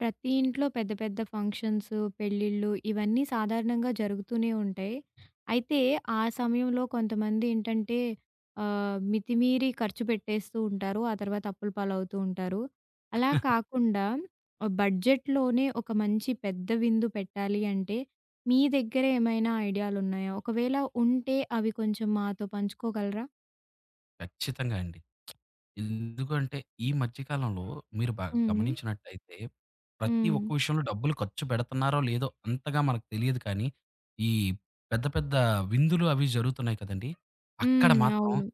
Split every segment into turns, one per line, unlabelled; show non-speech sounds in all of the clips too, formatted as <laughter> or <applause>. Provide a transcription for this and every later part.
ప్రతి ఇంట్లో పెద్ద పెద్ద ఫంక్షన్స్, పెళ్ళిళ్ళు ఇవన్నీ సాధారణంగా జరుగుతూనే ఉంటాయి. అయితే ఆ సమయంలో కొంతమంది ఏంటంటే మితిమీరి ఖర్చు పెట్టేస్తూ ఉంటారు. ఆ తర్వాత అప్పుల పాలవుతూ ఉంటారు. అలా కాకుండా బడ్జెట్‌లోనే ఒక మంచి పెద్ద విందు పెట్టాలి అంటే మీ దగ్గర ఏమైనా ఐడియాలున్నాయా? ఒకవేళ ఉంటే అవి కొంచెం మాతో పంచుకోగలరా?
ఖచ్చితంగా అండి. ఎందుకంటే ఈ మధ్య కాలంలో మీరు బాగా
హుహు.
గమనించినట్టయితే ప్రతి
హ్మ్.
ఒక్క విషయంలో డబ్బులు ఖర్చు పెడుతున్నారో లేదో అంతగా మనకు తెలియదు కానీ, ఈ పెద్ద పెద్ద విందులు అవి జరుగుతున్నాయి కదండీ! అక్కడ
హ్మ్.
మాత్రం
అవును.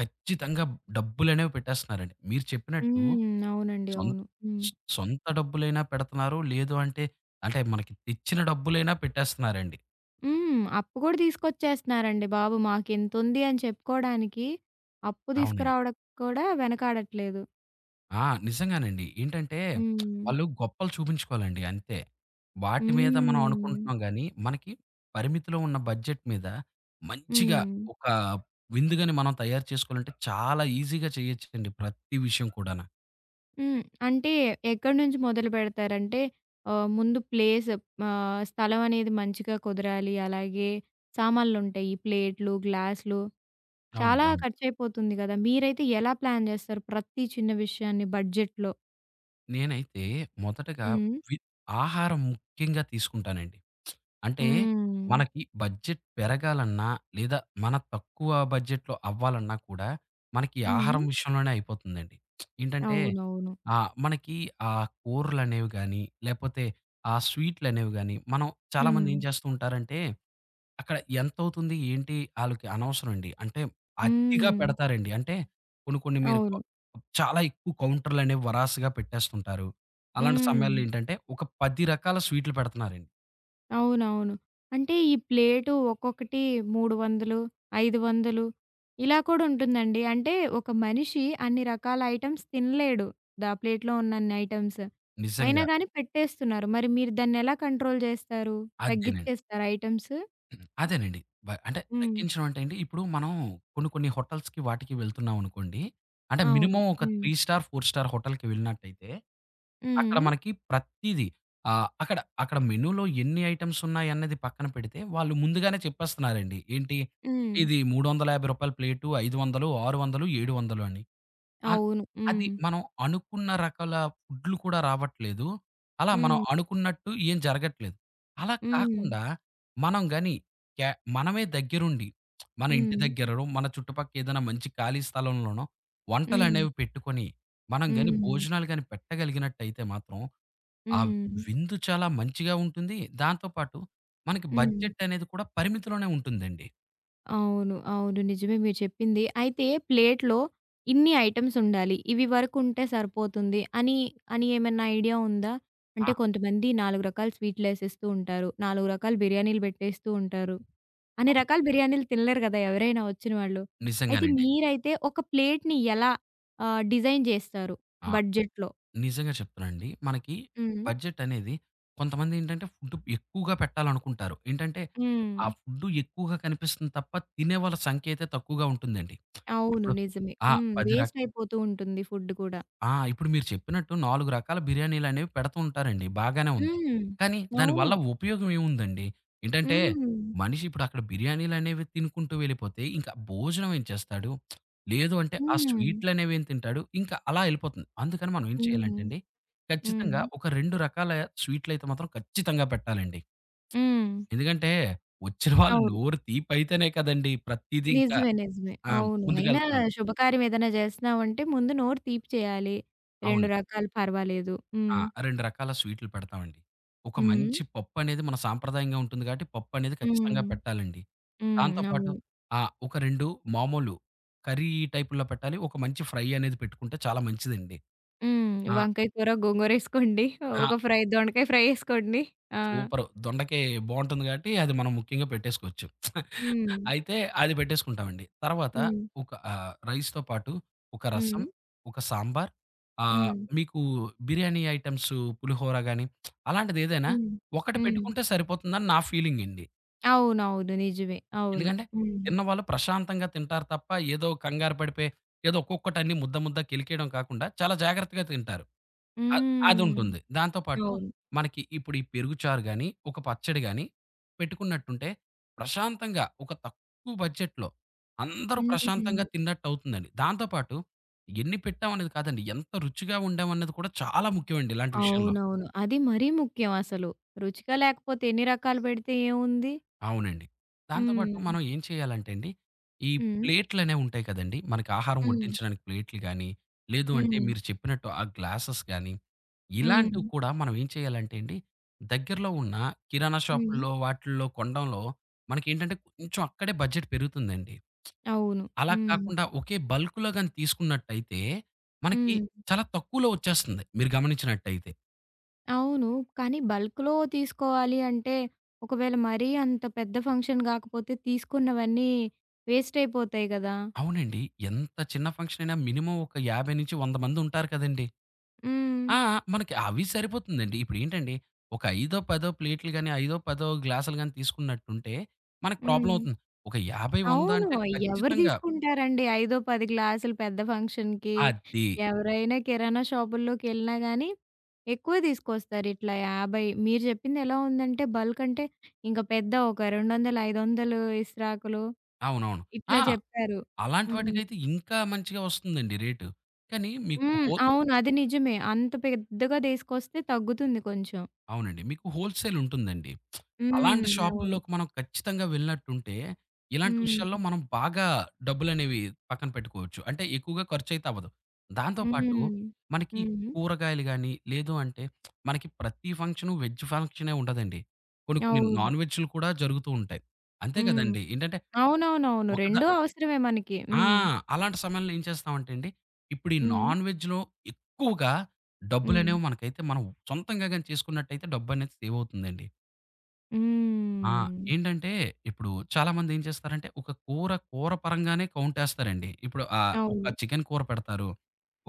ఖచ్చితంగా డబ్బులనేవి పెట్టేస్తున్నారండి. మీరు చెప్పినట్టు
హ్మ్. అవునండి.
సొం
అవును. హ్మ్.
సొంత డబ్బులైనా పెడుతున్నారు. లేదు అంటే, అంటే మనకి తెచ్చిన డబ్బులైనా పెట్టేస్తున్నారండి.
హ్మ్. అప్పు గూడా తీసుకొచ్చేస్తున్నారండి బాబు. మాకింతుంది అని చెప్పుకోడానికి అప్పు
అవునండి.
తీసుకురావడం కూడా వెనకాడట్లేదు.
నిజంగానండి. ఏంటంటే
హ్మ్.
వాళ్ళు గొప్పలు చూపించుకోవాలండి అంతే. వాటి మీద మనం
హ్మ్.
అనుకుంటున్నాం గానీ, మనకి పరిమితిలో ఉన్న బడ్జెట్ మీద మంచిగా
హ్మ్.
ఒక విందుగాని మనం తయారు చేసుకోవాలంటే చాలా ఈజీగా చేయొచ్చండి ప్రతి విషయం కూడాన.
హ్మ్. అంటే ఎక్కడి నుంచి మొదలు పెడతారంటే ముందు ప్లేస్ స్థలం అనేది మంచిగా కుదరాలి. అలాగే సామాన్లుంటాయి. ప్లేట్లు, గ్లాసులు చాలా
అవునండి. అవును.
ఖర్చయిపోతుంది గదా! మీరైతే ఎలా ప్లాన్ జేస్తారు ప్రతి చిన్న విషయాన్ని బడ్జెట్‌లో?
నేనైతే మొదటగా
హ్మ్.
వి ఆహారం ముఖ్యంగా తీసుకుంటానండి. అంటే
హ్మ్.
మనకి బడ్జెట్ పెరగాలన్నా, లేదా మన తక్కువ బడ్జెట్‌లో అవ్వాలన్నా కూడా మనకి
హ్మ్.
ఆహారం విషయంలోనే అయిపోతుందండి. ఏంటంటే
అవునవును.
ఆ! మనకి ఆ కూరలనేవి గాని, లేపోతే ఆ స్వీట్‌లనేవి గాని, మనం చాలామంది
హ్మ్.
ఏం చేస్తూ ఉంటారంటే, అక్కడ ఎంతవుతుంది? ఏంటి? ఆళ్ళకి అనవసరం అండి. అంటే
హ్మ్.
అతిగా పెడతారండి. అంటే కొన్ని కొన్ని మీరు కొ
అవును.
చాలా ఎక్కువ కౌంటర్‌లనేవి వరాసగా పెట్టేస్తుంటారు. అలాంటి
హ్మ్.
సమయాల్లో ఏంటంటే, ఒక 10 రకాల స్వీట్లు పెడుతున్నారండి.
అవునవును. అంటే ఈ ప్లేటు ఒక్కొక్కటి 300, 500 ఇలా కూడా ఉంటుందండి. అంటే ఒక మనిషి అన్ని రకాల ఐటెమ్స్ తినలేడు. దా ప్లేట్‌లో ఉన్న అన్ని ఐటెమ్స్. అయినా
నిజంగా.
గాని పెట్టేస్తున్నారు. మరి మీరు దాన్నెలా కంట్రోల్ జేస్తారు?
అదేనండి.
తగ్గిచ్చేస్తారా ఐటెమ్స్?
అదేనండి. అంటే
హ్మ్.
తగ్గించడం అంటే అండి, ఇప్పుడు మనం కొన్ని కొన్ని హోటల్స్‌కి వాటికి వెళ్తున్నామనుకోండి, అంటే
అవును.
మినిమమ్ ఒక
హ్మ్.
3 స్టార్, 4 స్టార్ హోటల్‌కి వెళ్ళినట్టయితే అక్కడ
హ్మ్.
మనకి ప్రతీదీ. అక్కడ అక్కడ మెనూలో ఎన్ని ఐటెమ్స్ ఉన్నాయన్నది పక్కన పెడితే, వాళ్ళు ముందుగానే చెప్పేస్తున్నారండి. ఏంటి,
హ్మ్.
ఇది రూ. 350 ప్లేటు, 500, 600, 700 అని. అన్
అవును.
అది
హ్మ్.
మనం అనుకున్న రకాల ఫుడ్‌లు కూడా రావట్లేదు. అలా మనం
హ్మ్.
అనుకున్నట్టు ఏం జరగట్లేదు. అలా
హ్మ్.
కాకుండా మనం గాని క్యా మనమే దగ్గరుండి మన ఇంటి
హ్మ్.
దగ్గరనో, మన చుట్టుపక్క ఏదైనా మంచి ఖాళీ స్థలంలోనో
హ్మ్.
వంటలనేవి పెట్టుకొని, మనం గాని
హ్మ్.
భోజనాలు గాని పెట్టగలిగినట్టయితే మాత్రం ఆ
హ్మ్.
విందు చాలా మంచిగా ఉంటుంది. దాంతో పాటు మనకి
హ్మ్.
బడ్జెట్ అనేది కూడా పరిమితిలోనే ఉంటుందండి.
అవును. అవును. నిజమే మీరు చెప్పింది. అయితే ప్లేట్‌లో ఇన్ని ఐటెమ్స్ ఉండాలి. ఇవి వరకు ఉంటే సరిపోతుంది అని, అని ఏమన్నా ఐడియా ఉందా? అంటే
ఆ!
కొంతమంది 4 రకాల స్వీట్‌లేసేస్తూ ఉంటారు. 4 రకాల బిర్యానీలు పెట్టేస్తూ ఉంటారు. అన్ని
అవును.
రకాల బిర్యానీలు తినలేరు కదా! ఎవరైనా వచ్చిన వాళ్ళు. అయితే
నిజంగానండి.
మీరైతే ఒక ప్లేట్‌ని ఎలా డిజైన్ చేస్తారు
ఆ!
బడ్జెట్‌లో?
నిజంగా చెప్తానండి. మనకి
హ్మ్.
బడ్జెట్ అనేది కొంతమంది ఏంటంటే ఫుడ్ ఎక్కువగా పెట్టాలనుకుంటారు. ఏంటంటే ఆ
హ్మ్.
ఫుడ్ ఎక్కువగా కనిపిస్తుంది తప్ప తినేవాళ్ళ సంఖ్య అయితే తక్కువగా ఉంటుందండి.
అవును.
ఇప్పుడు
నిజమే.
ఆ!
హ్మ్.
10 ర
వేస్ట్ అయిపోతూ ఉంటుంది ఫుడ్ కూడా.
ఆ! ఇప్పుడు మీరు చెప్పినట్టు 4 రకాల బిర్యానీలనేవి పెడుతూ ఉంటారండి. బాగానే ఉంది.
హ్మ్.
కానీ
అవును.
దానివల్ల ఉపయోగం ఏముందండి? ఏంటంటే,
హ్మ్.
మనిషి ఇప్పుడక్కడ బిర్యానీలనేవి తినుకుంటూ వెళ్ళిపోతే, ఇంకా భోజనం ఏం చేస్తాడు? లేదు అంటే ఆ
హ్మ్.
స్వీట్‌లనేవి ఏం తింటాడు? ఇంకా అలా ఎళ్ళిపోతుంది. అందుకని మనం ఏం చేయాలంటే
హ్మ్.
అండి,
హ్మ్.
ఖచ్చితంగా ఒక 2 రకాల స్వీట్‌లయితే మాత్రం ఖచ్చితంగా పెట్టాలండి.
హ్మ్.
ఎందుకంటే, వచ్చిన వాళ్ళు
అవును.
నోరు తీపైతేనే కదండీ! ప్రతీదీ ఇంకా
నిజమే. నిజమే.
ఆ!
అవును. అయినా
ముందుకెళ్తుంది.
శుభకార్యం ఏదైనా చేస్తున్నామంటే ముందు నోరు తీపి చేయాలి. 2
అవును.
రకాలు పర్వాలేదు.
ఆ!
హ్మ్.
2 రకాల స్వీట్లు పెడతామండి. ఒక
హ్మ్.
మంచి పప్పనేది మన సాంప్రదాయంగా ఉంటుంది కాబట్టి, పప్పనేది
హ్మ్.
ఖచ్చితంగా పెట్టాలండి. దాంతో
హ్మ్.
పాటు
అవును.
ఆ! ఒక 2 మామూలు కర్రీ టైపుల్లో పెట్టాలి. ఒక మంచి ఫ్రై అనేది పెట్టుకుంటే చాలా మంచిదండి.
హ్మ్.
ఆ!
వంకాయ కూర, గోంగూరేసుకోండి.
ఆ!
ఒక ఫ్రై దొండకాయ ఫ్రై ఏసుకోండి. ఆ!
సూపరు. దొండకాయ బావుంటుంది గాబట్టి, అది మనం ముఖ్యంగా పెట్టేసుకోవచ్చు.
హ్మ్.
అయితే అది పెట్టేసుకుంటామండి. తర్వాత
హ్మ్.
ఒక రైస్‌తో పాటు ఒక రసం,
హ్మ్.
ఒక సాంబార్ ఆహ్,
హ్మ్.
మీకు బిర్యానీ ఐటెమ్స్ పులిహోర గాని, అలాంటిదేదైనా
హ్మ్.
ఒకటి
హ్మ్.
పెట్టుకుంటే సరిపోతుందని నా ఫీలింగండి.
అవునవును. నిజమే. అవును.
ఎందుకంటే,
హ్మ్.
తిన్నవాళ్ళు ప్రశాంతంగా తింటారు తప్ప, ఏదో కంగారు పడిపోయి, ఏదో ఒక్కొక్కటి అన్ని ముద్ద ముద్దకెలికేయడం కాకుండా, చాలా జాగ్రత్తగా తింటారు. అ
హ్మ్.
అదుంటుంది. దాంతో పాటు
అవును.
మనకి ఇప్పుడు ఈ పెరుగు చారు గాని, ఒక పచ్చడి గాని పెట్టుకున్నట్టుంటే ప్రశాంతంగా ఒక తక్కువ బడ్జెట్‌లో అందరూ
హ్మ్.
ప్రశాంతంగా తిన్నట్టవుతుందండి. దాంతో పాటు ఎన్ని పెట్టామనేది కాదండి, ఎంత రుచిగా వండామన్నది కూడా చాలా ముఖ్యమండి ఇలాంటి విషయంలో.
అవునవును. అది మరీ ముఖ్యం అసలు. రుచిగా లేకపోతే ఎన్ని రకాలు పెడితే ఏముంది?
అవునండి. దాంతో
హ్మ్.
పాటు మనం ఏం చేయాలంటే అండి, ఈ
హ్మ్.
ప్లేట్‌లనేవి ఉంటాయి కదండీ! మనకి ఆహారం
హ్మ్.
వడ్డించడానికి ప్లేట్లు గాని, లేదు అంటే
హ్మ్.
మీరు చెప్పినట్టు ఆ గ్లాసెస్ గాని,
హ్మ్.
ఇలాంటివి కూడా మనం ఏం చేయాలంటే అండి, దగ్గరలో ఉన్న కిరాణా
హ్మ్.
షాపుల్లో వాటిల్లో కొనడంలో మనకేంటంటే కొంచెం అక్కడే బడ్జెట్ పెరుగుతుందండి.
అవును.
అలా
హ్మ్.
కాకుండా ఒకే బల్క్‌లో గాని తీసుకున్నట్టయితే మనకి
హ్మ్.
చాలా తక్కువలో వచ్చేస్తుంది మీరు గమనించినట్టయితే.
అవును. కానీ బల్క్‌లో తీసుకోవాలి అంటే, ఒకవేళ మరీ అంత పెద్ద ఫంక్షన్ గాకపోతే తీసుకున్నవన్నీ వేస్ట్ అయిపోతాయి గదా!
అవునండి. ఎంత చిన్న ఫంక్షన్ అయినా మినిమమ్ ఒక 50-100 మంది ఉంటారు కదండీ!
హ్మ్.
ఆ! మనకి అవి సరిపోతుందండి. ఇప్పుడేంటండి, ఒక ఐదో, పదో ప్లేట్లు గాని, ఐదో, పదో గ్లాసులు గాని తీసుకున్నట్టుంటే, మనకు ప్రాబ్లమ్
హ్మ్.
అవుతుంది. ఒక 50, 100
అవును.
అంటే
ఎవరు
ఖచ్చితంగా
తీసుకుంటారండి? ఐదో, 10 గ్లాసులు పెద్ద ఫంక్షన్‌కి.
అది.
ఎవరైనా కిరాణా షాపుల్లోకెళ్ళినా గానీ, ఎక్కువే తీసుకొస్తారు. ఇట్లా 50 మీరు చెప్పింది ఎలా ఉందంటే, బల్క్ అంటే ఇంక పెద్ద ఒక 200, 500 ఇస్రాకులు
అవునవును.
ఇట్లా
ఆ!
చెప్పారు.
అలాంటి
హ్మ్.
వాటికైతే ఇంకా మంచిగా వస్తుందండి రేటు. కానీ మీకు
హ్మ్.
హో
అవును. అది నిజమే. అంత పెద్దగా తీసుకొస్తే తగ్గుతుంది కొంచెం.
అవునండి. మీకు హోల్‌సేల్ ఉంటుందండి. అలాంటి
హ్మ్. అవును.
షాపుల్లోకి మనం ఖచ్చితంగా వెళ్ళినట్టుంటే, ఇలాంటి
హ్మ్.
విషయాల్లో మనం బాగా డబ్బులనేవి పక్కన పెట్టుకోవచ్చు. అంటే ఎక్కువగా ఖర్చయితే అవ్వదు. దాంతో పాటు
హ్మ్.
మనకి
హ్మ్.
కూరగాయలు గాని, లేదు అంటే మనకి ప్రతి ఫంక్షను వెజ్ ఫంక్షనే ఉండదండి. కొన్ని కొన్ని
అవును.
నాన్ వెజ్‌లు కూడా జరుగుతూ ఉంటాయి. అంతే
హ్మ్.
కదండీ! ఏంటంటే
అవునవునవును.
ఒకదా
2 అవసరమే మనకి.
ఆ!
హ్మ్.
అలాంటి సమయంలో ఏం చేస్తామంటే అండి, ఇప్పుడు ఈ
హ్మ్.
నాన్ వెజ్‌లో ఎక్కువగా
హ్మ్.
డబ్బులనేవి మనకైతే మనం సొంతంగా గాని చేసుకున్నట్టయితే డబ్బనేది సేవ్ అవుతుందండి. ఆ!
హ్మ్.
ఏంటంటే, ఇప్పుడు చాలామంది ఏం చేస్తారంటే, ఒక కూర, కూర పరంగానే కౌంటేస్తారండి. ఇప్పుడు
అవును.
ఒక చికెన్ కూర పెడతారు.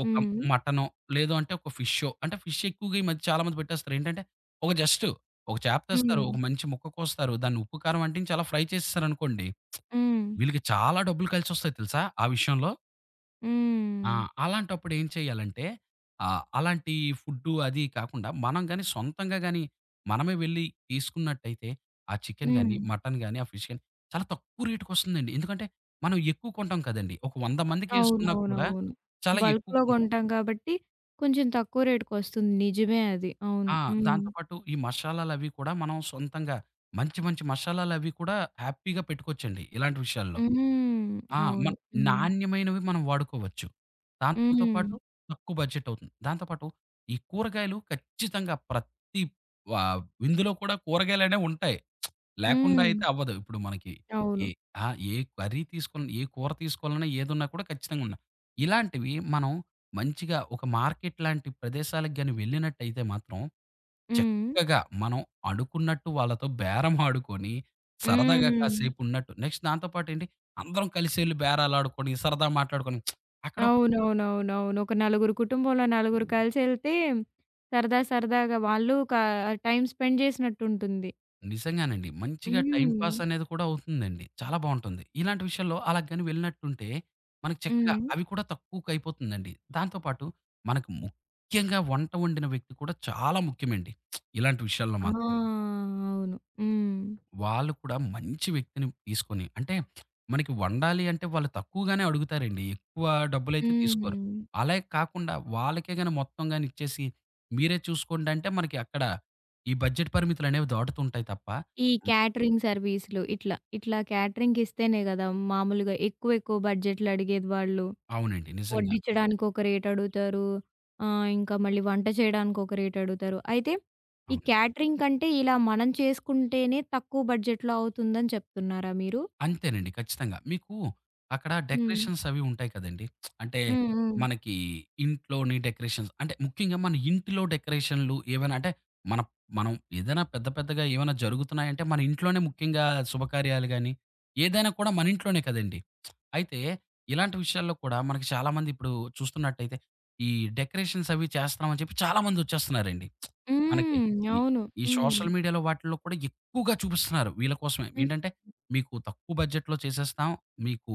ఒక
హ్మ్.
మటనో, లేదు అంటే ఒక ఫిషో అంటే ఫిష్ ఎక్కువగా ఈ మధ్య చాలామంది పెట్టేస్తారు. ఏంటంటే, ఒక జస్ట్ ఒక చేప
హ్మ్.
తెస్తారు. ఒక మంచి ముక్క కోస్తారు. దాన్ని ఉప్పు, కారం అంటించి అలా ఫ్రై చేసేసారనుకోండి,
హ్మ్.
వీళ్ళకి చాలా డబ్బులు కలిసొస్తాయి తెలుసా ఆ విషయంలో? ఆ!
హ్మ్.
అలాంటప్పుడు ఏం చేయాలంటే అలాంటి ఫుడ్డు అది కాకుండా మనం గాని సొంతంగా గాని మనమే వెళ్లి తీసుకున్నట్టయితే ఆ చికెను
హ్మ్.
గాని, మటను గాని, ఆ ఫిష్ గాని చాలా తక్కువ రేట్‌కొస్తుందండి. ఎందుకంటే మనం ఎక్కువ కొంటాం కదండీ! ఒక 100 మందికేసుకున్నా కూడా
అవునవునవును.
చాలా ఎక్కువ
బల్క్‌లో
కొంటాం.
కొంటాం కాబట్టి కొంచెం తక్కువ రేటుకొస్తుంది. నిజమే అది. అవును.
ఆ!
హ్మ్.
దాంతో పాటు ఈ మసాలాలవి కూడా మనం సొంతంగా మంచి మంచి మసాలాలవి కూడా హ్యాపీగా పెట్టుకోవచ్చండి ఇలాంటి విషయాల్లో.
హ్మ్.
ఆ! మ
అవును. హ్మ్.
నాణ్యమైనవి మనం వాడుకోవచ్చు. దాంతో
హ్మ్.
పాటు తక్కువ బడ్జెట్ అవుతుంది. దాంతో పాటు ఈ కూరగాయలు ఖచ్చితంగా ప్రతి విందులో కూడా కూరగాయలనేవి ఉంటాయి. లేకుండా
హ్మ్.
అయితే అవ్వదు. ఇప్పుడు మనకి
అవును.
ఏ ఆ! ఏ కర్రీ తీసుకోవాలన్నా, ఏ కూర తీసుకోవాలన్నా ఏదున్నా కూడా ఖచ్చితంగా ఉండాలి. ఇలాంటివి మనం మంచిగా ఒక మార్కెట్ లాంటి ప్రదేశాలకు గాని వెళ్ళినట్టయితే మాత్రం
హ్మ్.
చక్కగా మనం అనుకున్నట్టు వాళ్ళతో బేరం ఆడుకొని, సరదాగా
హ్మ్.
కాసేపు ఉన్నట్టు నెక్స్ట్ దాంతో పాటేంటి అందరం కలిసి ఎళ్లి బేరాలాడుకొని, సరదా మాట్లాడుకొని అక్కడ ఒక
అవునవునవునవును. ఒక నలుగురు కుటుంబంలో నలుగురు కలిసెళ్తే సరదా సరదాగా వాళ్ళు టైమ్ స్పెండ్ చేసినట్టుంటుంది.
నిజంగానండి. మంచిగా టైమ్
హ్మ్.
పాస్ అనేది కూడా అవుతుందండి. చాలా బావుంటుంది. ఇలాంటి విషయాల్లో అలా గాని వెళ్ళినట్టుంటే, మనకి చక్కగా
హ్మ్.
అవి కూడా తక్కువకయిపోతుందండి. దాంతో పాటు మనకు ముఖ్యంగా వంట వండిన వ్యక్తి కూడా చాలా ముఖ్యమండి. ఇలాంటి విషయాల్లో
ఆ!
మాత్రం.
అవును. హ్మ్.
వాళ్ళు కూడా మంచి వ్యక్తిని తీసుకొని అంటే మనకి వండాలి అంటే వాళ్ళు తక్కువగానే అడుగుతారండి. ఎక్కువ డబ్బులైతే తీసుకోరు.
హ్మ్.
అలా కాకుండా వాళ్ళకే గాని మొత్తం గాని ఇచ్చేసి మీరే చూసుకోండి అంటే మనకి అక్కడ ఈ బడ్జెట్ పరిమితులనేవి దాటుతుంటాయి తప్ప
ఈ
హ్మ్.
క్యాటరింగ్ సర్వీస్‌లు ఇట్లా, ఇట్లా క్యాటరింగ్‌కిస్తేనే గదా! మామూలుగా ఎక్కువ, ఎక్కువ బడ్జెట్లు అడిగేది వాళ్ళు.
అవునండి. నిజంగా.
వడ్డించడానికి ఒక రేట్ అడుగుతారు. ఇంకా మళ్ళీ వంట చేయడానికి ఒక రేట్ అడుగుతారు. అయితే ఈ
అవును.
క్యాటరింగ్ కంటే ఇలా మనం చేసుకుంటేనే తక్కువ బడ్జెట్‌లో అవుతుందని చెప్తున్నారా మీరు?
అంతేనండి. ఖచ్చితంగా. మీకు అక్కడ
హ్మ్.
డెకరేషన్స్ అవి ఉంటాయి కదండీ! అంటే
హ్మ్. హ్మ్.
మనకి ఇంట్లోని డెకరేషన్స్ అంటే ముఖ్యంగా మన ఇంటిలో డెకరేషన్‌లు ఏవైనా అంటే మన మనం ఏదైనా పెద్ద పెద్దగా ఏమైనా జరుగుతున్నాయంటే మన ఇంట్లోనే ముఖ్యంగా శుభకార్యాలు గాని, ఏదైనా కూడా మన ఇంట్లోనే కదండీ! అయితే ఇలాంటి విషయాల్లో కూడా మనకి చాలామంది ఇప్పుడు చూస్తున్నట్టయితే ఈ డెకరేషన్స్ అవి చేస్తున్నామని చెప్పి చాలామంది వచ్చేస్తున్నారండి. మనకి
హ్మ్.
ఈ
అవును.
ఈ
హ్మ్.
సోషల్ మీడియాలో వాటిల్లో కూడా ఎక్కువగా చూపిస్తున్నారు వీళ్ళ కోసమే.
హ్మ్.
ఏంటంటే మీకు తక్కువ బడ్జెట్‌లో చేసేస్తాం. మీకు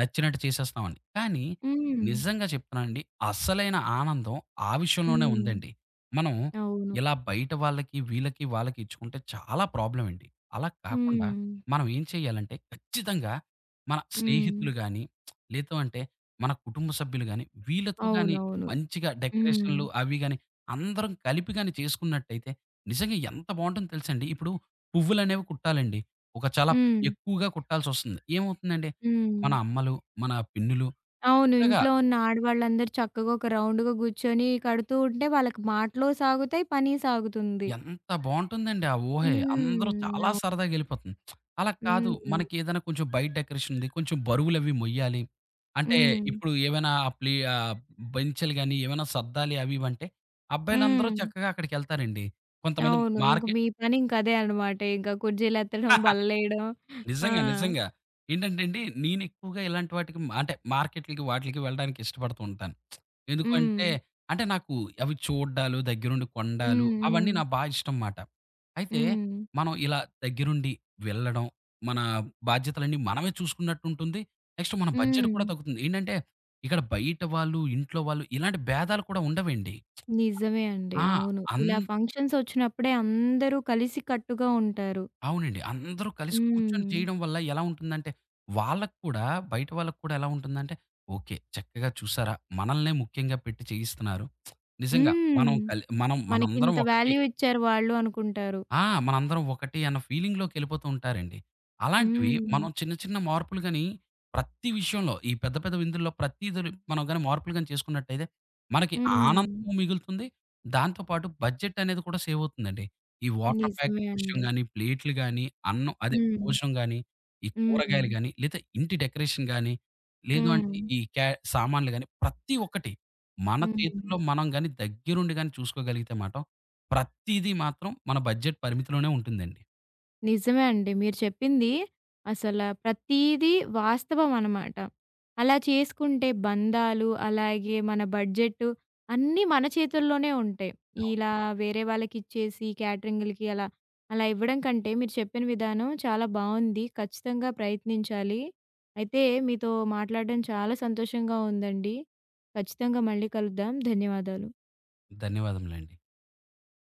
నచ్చినట్టు చేసేస్తాం అని. కానీ
హ్మ్.
నిజంగా చెప్తున్నానండి. అసలైన ఆనందం ఆ విషయంలోనే
హ్మ్.
ఉందండి. మనం
అవును.
ఇలా బయట వాళ్ళకి, వీళ్ళకి, వాళ్ళకి ఇచ్చుకుంటే చాలా ప్రాబ్లమ్ అండి. అలా కాకుండా
హ్మ్.
మనం ఏం చేయాలంటే ఖచ్చితంగా మన
హ్మ్.
స్నేహితులు గాని, లేదు అంటే మన కుటుంబ సభ్యులు గాని, వీళ్ళతో గాని
అవునవును.
మంచిగా
హ్మ్.
డెకరేషన్‌లు అవి గాని అందరం కలిపి గాని చేసుకున్నట్టయితే నిజంగా ఎంత బావుంటుందో తెలుసండి. ఇప్పుడు పువ్వులనేవి కుట్టాలండి. ఒక చాలా పె
హ్మ్.
ఎక్కువగా కుట్టాల్సొస్తుంది. ఏమవుతుందండి,
హ్మ్.
మన అమ్మలు, మన పిన్నులు
అవును.
చక్కగా
ఇంట్లో ఉన్న ఆడవాళ్ళందరూ చక్కగా ఒక రౌండ్‌గా కూర్చొని కడుతూ ఉంటే వాళ్ళకి మాటలు సాగుతాయి, పని సాగుతుంది.
ఎంత బావుంటుందండి ఆ ఊహే. అందరూ
హ్మ్.
చాలా సరదాగెళ్ళిపోతుంది. అలా కాదు
హ్మ్.
మనకేదైనా కొంచెం బయట డెకరేషన్ ఉంది. కొంచెం బరువులవి మొయ్యాలి. అంటే
హ్మ్.
ఇప్పుడు ఏవైనా ప్లే ఆహ్, బెంచెలు గాని ఏవైనా సర్దాలి అవి ఇవంటే
హ్మ్.
అబ్బాయిలందరూ చక్కగా అక్కడికెళ్తారండి. కొంతమంది
అవును. ఇంక
మార్కె
మీ పని ఇంక అదే అన్నమాట. ఇంక కుర్చీలెత్తడం,
<laughs>
బల్లలేయడం. ఆ!
నిజంగా. నిజంగా. ఏంటంటే అండి, నేనెక్కువగా ఇలాంటి వాటికి అంటే మార్కెట్‌లకి వాటిలకి వెళ్ళడానికి ఇష్టపడుతూ ఉంటాను.
హ్మ్.
ఎందుకంటే, అంటే నాకు అవి చూడ్డాలు, దగ్గరుండి కొండాలు
హ్మ్.
అవన్నీ
హ్మ్.
నా బా ఇష్టం మాట. అయితే,
హ్మ్.
మనం ఇలా దగ్గరుండి వెళ్ళడం, మన బాధ్యతలన్నీ మనమే చూసుకున్నట్టుంటుంది. నెక్స్ట్ మన బడ్జెట్
హ్మ్.
కూడా తగ్గుతుంది. ఏంటంటే, ఇక్కడ బయట వాళ్ళు, ఇంట్లో వాళ్ళు ఇలాంటి భేదాలు కూడా ఉండవండి.
నిజమే అండి.
ఆ!
అవును.
అన్
ఇలా ఫంక్షన్స్ వచ్చినప్పుడే అందరూ కలిసికట్టుగా ఉంటారు.
అవునండి. అందరూ కలిసి కూర్చొని
హ్మ్.
చేయడం వల్ల ఎలా ఉంటుందంటే, వాళ్ళకి కూడా బయట వాళ్ళకి కూడా ఎలా ఉంటుందంటే, ఓకే. చక్కగా చూసారా! మనల్నే ముఖ్యంగా పెట్టి చేయిస్తున్నారు. నిజంగా
హ్మ్.
మనం
మనకింత
మనందరం ఒకటి
వాల్యూ ఇచ్చారు వాళ్ళు అనుకుంటారు.
మనందరం ఒకటి అన్న ఫీలింగ్‌లోకెళ్ళిపోతూ ఉంటారండి. అలాంటివి
హ్మ్.
మనం చిన్న చిన్న మార్పులు గాని ప్రతి విషయంలో ఈ పెద్ద పెద్ద విందుల్లో ప్రతీదుని మనం గాని మార్పులు గాని చేసుకున్నట్టయితే మనకి
హ్మ్.
ఆనందము మిగులుతుంది. దాంతో పాటు బడ్జెట్ అనేది కూడా సేవ్ అవుతుందండి. ఈ వాటర్
నిజమే
ప్యాకెట్ విషయం
అండి.
గాని, ప్లేట్లు గాని, అన్నం అదే
హ్మ్.
భోజనం గాని, ఈ
హ్మ్.
కూరగాయలు గాని, లేదా ఇంటి డెకరేషన్ గాని, లేదు
హ్మ్.
అంటే ఈ క్యా సామాన్లు గాని ప్రతి ఒక్కటి మన
హ్మ్.
చేతుల్లో మనం గాని దగ్గరుండి గాని చూసుకోగలిగితే మాటం ప్రతీదీ మాత్రం మన బడ్జెట్ పరిమితిలోనే ఉంటుందండి.
నిజమే అండి. మీరు చెప్పింది అసల ప్రతీదీ వాస్తవం అనమాట. అలా చేసుకుంటే బంధాలు, అలాగే మన బడ్జెట్టు అన్నీ మన చేతుల్లోనే ఉంటాయి.
అవును.
ఇలా వేరే వాళ్ళకిచ్చేసి క్యాటరింగులకి అలా, అలా ఇవ్వడం కంటే మీరు చెప్పిన విధానం చాలా బావుంది. ఖచ్చితంగా ప్రయత్నించాలి. అయితే మీతో మాట్లాడడం చాలా సంతోషంగా ఉందండి. ఖచ్చితంగా మళ్ళీ కలుద్దాం. ధన్యవాదాలు.
ధన్యవాదములండి.